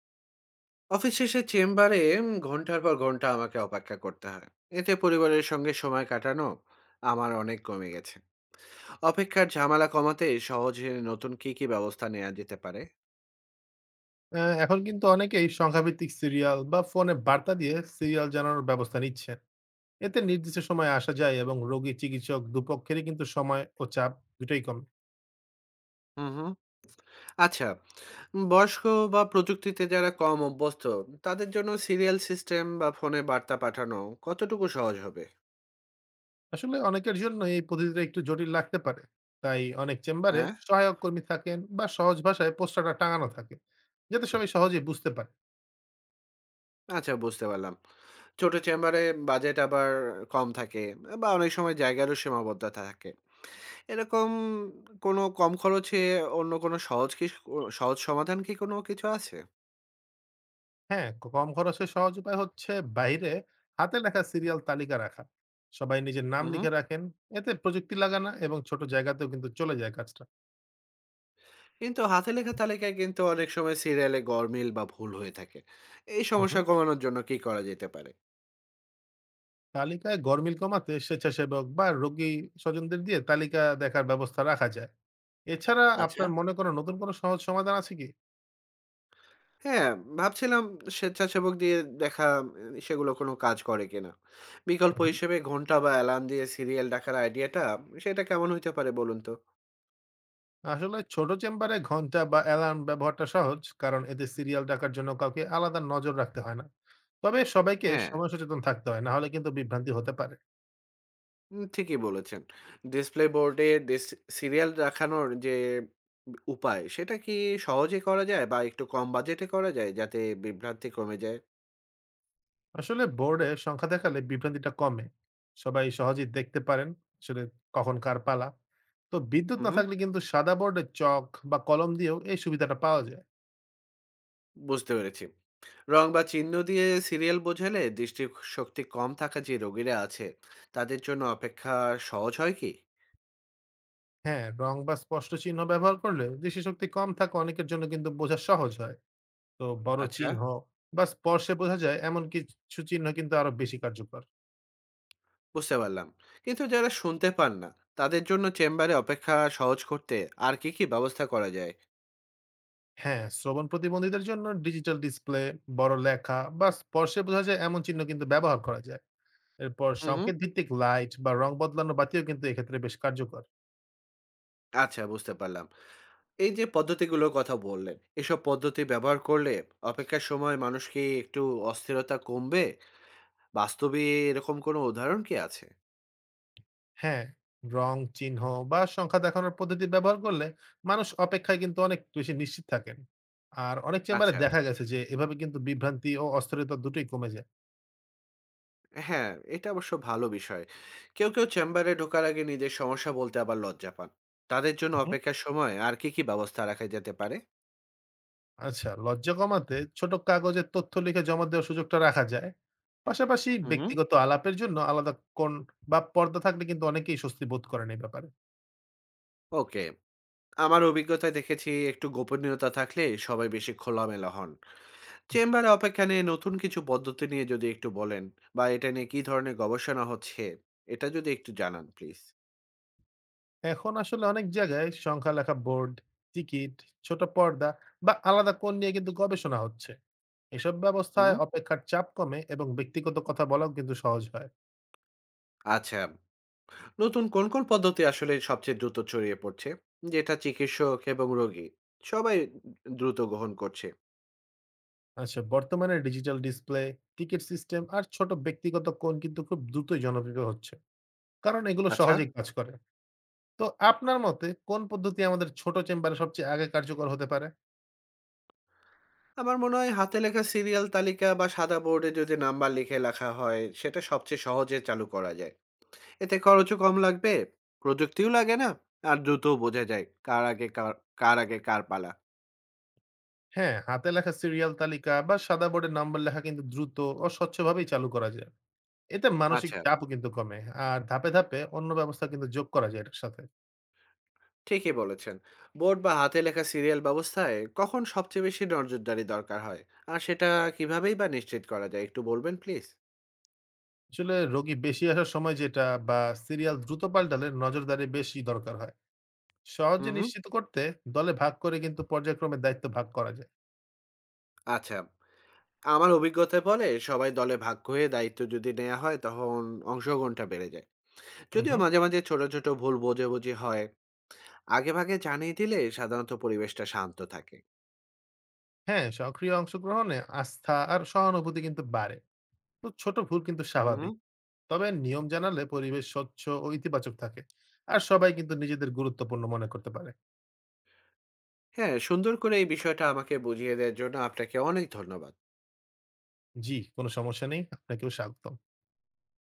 Office শেষে চেম্বারে ঘন্টার পর ঘন্টা আমাকে অপেক্ষা করতে হয়। এতে পরিবারের সঙ্গে সময় কাটানো আমার অনেক কমে গেছে। অপেক্ষার ঝামেলা কমাতে সহজে নতুন কি কি ব্যবস্থা নেওয়া যেতে পারে? এখন কিন্তু অনেকেই সংখ্যাভিত্তিক সিরিয়াল বা ফোনে বার্তা দিয়ে সিরিয়াল জানানোর ব্যবস্থা নিচ্ছেন। এতে নির্দিষ্ট সময়ে আসা যায় এবং রোগী, চিকিৎসক দুপক্ষেরই কিন্তু সময় ও চাপ দুটোই কমে। হুম হুম। আচ্ছা। বয়স্ক বা প্রযুক্তিতে যারা কম অভ্যস্ত তাদের জন্য সিরিয়াল সিস্টেম বা ফোনে বার্তা পাঠানো কতটুকু সহজ হবে? আসলে অনেকের জন্য এই পদ্ধতিটা একটু জটিল লাগতে পারে। তাই অনেক চেম্বারে হ্যাঁ। সহায়ক কর্মী থাকেন বা সহজ ভাষায় পোস্টারটা টাঙানো থাকে, যাতে সবাই সহজেই বুঝতে পারে। আচ্ছা, বুঝতে পারলাম। ছোট চেম্বারে বাজেট আবার কম থাকে বা অনেক সময় জায়গারও সীমাবদ্ধতা থাকে, এরকম কোনো কম খরচে অন্য কোনো সহজ কি ও সহজ সমাধান কি কোনো কিছু আছে? হ্যাঁ, কম খরচে সহজ উপায় হচ্ছে বাইরে হাতে লেখা সিরিয়াল তালিকা রাখা। সবাই নিজের নাম হু, হু। লিখে রাখেন। এতে প্রযুক্তি লাগে না এবং ছোট জায়গাতেও কিন্তু চলে যায় কাজটা। কিন্তু হাতে লেখা তালিকায় কিন্তু অনেক সময় সিরিয়ালে গরমিল বা ভুল হয়ে থাকে। এই সমস্যা কমানোর জন্য কি করা যেতে পারে? তালিকায় গরমিল কমাতে স্বেচ্ছাসেবক বা রোগী স্বজনদের দিয়ে তালিকা দেখার ব্যবস্থা রাখা যায়। এছাড়া আচ্ছা। আপনার মনে করেন নতুন কোনো সহজ সমাধান আছে কি? হ্যাঁ, ভাবছিলাম স্বেচ্ছাসেবক দিয়ে দেখা এ সেগুলো কোনো কাজ করে কিনা? বিকল্প হুম। হিসেবে ঘন্টা বা অ্যালার্ম দিয়ে সিরিয়াল ডাকার আইডিয়াটা সেটা কেমন হইতে পারে বলুন তো? আসলে ছোট চেম্বারে ঘন্টা বা অ্যালার্ম ব্যবহারটা সহজ, কারণ এতে সিরিয়াল ডাকার জন্য কাউকে আলাদা নজর রাখতে হয় না। তবে সবাইকে হ্যাঁ। সময় সচেতন থাকতে হয়, না হলে কিন্তু বিভ্রান্তি হতে পারে। ঠিকই বলেছেন। ডিসপ্লে বোর্ডে ডিস সিরিয়াল রাখানোর যে উপায়, সেটা কি সহজে করা যায় বা একটু কম বাজেটে করা যায়, যাতে বিভ্রান্তি কমে যায়? আসলে বোর্ডে সংখ্যা দেখালে বিভ্রান্তিটা কমে, সবাই সহজেই দেখতে পারেন আসলে কখন কার পালা। তো বিদ্যুৎ হু, না হু। থাকলে কিন্তু সাদা বোর্ডে চক বা কলম দিয়েও এই সুবিধাটা পাওয়া যায়। বুঝতে পেরেছি। রং বা চিহ্ন দিয়ে সিরিয়াল বোঝালে দৃষ্টিশক্তি কম থাকা যে রোগীরা আছে, তাদের জন্য অপেক্ষা সহজ হয় কি? হ্যাঁ, রং বা স্পষ্ট চিহ্ন ব্যবহার করলে দৃষ্টিশক্তি কম থাকা অনেকের জন্য কিন্তু বোঝা সহজ হয়। তো বড় আচ্ছা, চিহ্ন বা স্পর্শে বোঝা যায় এমন কিছু চিহ্ন কিন্তু আরো বেশি কার্যকর। বুঝতে পারলাম। কিন্তু যারা শুনতে পান না, তাদের জন্য চেম্বারে অপেক্ষা সহজ করতে আর কি, কি ব্যবস্থা করা যায়? হ্যাঁ, শ্রবণ প্রতিবন্ধীদের জন্য ডিজিটাল ডিসপ্লে, বড় লেখা বা স্পর্শে বোঝা যায় এমন চিহ্ন কিন্তু ব্যবহার করা যায়। এরপর হু, হু। সংকেত ভিত্তিক লাইট বা রং বদলানো বাতিও কিন্তু এক্ষেত্রে বেশ কার্যকর। আচ্ছা, বুঝতে পারলাম। এই যে পদ্ধতিগুলোর কথা বললেন, এসব পদ্ধতি ব্যবহার করলে অপেক্ষার সময় মানুষ কি একটু অস্থিরতা কমবে? বাস্তবে এরকম কোনো উদাহরণ কি আছে? হ্যাঁ, রং, চিহ্ন বা সংখ্যা দেখানোর পদ্ধতি ব্যবহার করলে মানুষ অপেক্ষায় কিন্তু অনেক বেশি নিশ্চিত থাকেন। আর অনেক চেম্বারে আচ্ছা, দেখা গেছে যে এভাবে কিন্তু বিভ্রান্তি ও অস্থিরতা দুটোই কমে যায়। হ্যাঁ, এটা অবশ্য ভালো বিষয়। কেউ, কেউ চেম্বারে ঢোকার আগে নিজের সমস্যা বলতে আবার লজ্জা পান। তাদের জন্য হুম, হুম। অপেক্ষার সময় আর কি, কি ব্যবস্থা রাখা যেতে পারে? আচ্ছা, লজ্জা কমাতে ছোট কাগজে তথ্য লিখে জমা দেওয়ার সুযোগটা রাখা যায়। পাশাপাশি হুম। ব্যক্তিগত আলাপের জন্য আলাদা কোণ বা পর্দা থাকলে কিন্তু অনেকেই স্বস্তি বোধ করেন এই ব্যাপারে। ওকে। আমার অভিজ্ঞতায় দেখেছি একটু গোপনীয়তা থাকলে সবাই বেশি খোলামেলা হন। চেম্বারে অপেক্ষা নিয়ে নতুন কিছু পদ্ধতি নিয়ে যদি একটু বলেন বা এটা নিয়ে কি ধরনের গবেষণা হচ্ছে এটা যদি একটু জানান প্লিজ। এখন আসলে অনেক জায়গায় সংখ্যা লেখা বোর্ড, টিকিট, ছোট পর্দা বা আলাদা কোণ নিয়ে কিন্তু গবেষণা হচ্ছে। এসব হুম। ব্যবস্থায় অপেক্ষার চাপ কমে এবং ব্যক্তিগত কথা বলাও কিন্তু সহজ হয়। আচ্ছা। নতুন কোন কোন পদ্ধতি আসলে সবচেয়ে দ্রুত ছড়িয়ে পড়ছে, যেটা চিকিৎসক এবং রোগী সবাই দ্রুত গ্রহণ করছে? আচ্ছা, বর্তমানে ডিজিটাল ডিসপ্লে, টিকিট সিস্টেম আর ছোট ব্যক্তিগত কোণ কিন্তু খুব দ্রুতই জনপ্রিয় হচ্ছে, কারণ এগুলো আচ্ছা, সহজেই কাজ করে। তো আপনার মতে কোন পদ্ধতি আমাদের ছোট চেম্বারে সবচেয়ে আগে কার্যকর হতে পারে? আমার মনে হয় হাতে লেখা সিরিয়াল তালিকা বা সাদা বোর্ডে যদি নাম্বার লিখে লেখা হয় সেটা সবচেয়ে সহজে চালু করা যায়। এতে খরচও কম লাগবে, প্রযুক্তিও লাগে না, আর দ্রুতও বোঝা যায় কার আগে কার, কার আগে কার পালা। হ্যাঁ, হাতে লেখা সিরিয়াল তালিকা বা সাদা বোর্ডে নাম্বার লেখা কিন্তু দ্রুত ও স্বচ্ছভাবেই চালু করা যায়। এতে মানসিক আচ্ছা, চাপও কিন্তু কমে। আর ধাপে ধাপে অন্য ব্যবস্থা কিন্তু যোগ করা যায় এটার সাথে। ঠিকই বলেছেন। বোর্ড বা হাতে লেখা সিরিয়াল ব্যবস্থায় কখন সবচেয়ে বেশি নজরদারি দরকার হয়, আর সেটা কিভাবেই বা নিশ্চিত করা যায় একটু বলবেন প্লিজ। আসলে রোগী বেশি আসার সময় যেটা বা সিরিয়াল দ্রুত পাল্টালে নজরদারি বেশি দরকার হয়। হুম সহজে হুম। নিশ্চিত করতে দলে ভাগ করে কিন্তু পর্যায়ক্রমে দায়িত্ব ভাগ করা যায়। আচ্ছা, আমার অভিজ্ঞতায় বলে সবাই দলে ভাগ হয়ে দায়িত্ব যদি নেওয়া হয় তখন অংশগ্রহণটা বেড়ে যায়, হুম, যদিও হুম। মাঝে মাঝে ছোট ছোট ভুল বোঝাবুঝি হয়। আগে ভাগে জানিয়ে দিলে সাধারণত পরিবেশটা শান্ত থাকে। হ্যাঁ, সক্রিয় অংশগ্রহণে আস্থা আর সহানুভূতি কিন্তু বাড়ে। তো ছোট ভুল কিন্তু হুম। স্বাভাবিক। তবে নিয়ম জানালে পরিবেশ স্বচ্ছ ও ইতিবাচক থাকে, আর সবাই কিন্তু নিজেদের গুরুত্বপূর্ণ মনে করতে পারে। হ্যাঁ, সুন্দর করে এই বিষয়টা আমাকে বুঝিয়ে দেওয়ার জন্য আপনাকে অনেক ধন্যবাদ। জি, কোনো সমস্যা নেই, আপনাকেও স্বাগতম।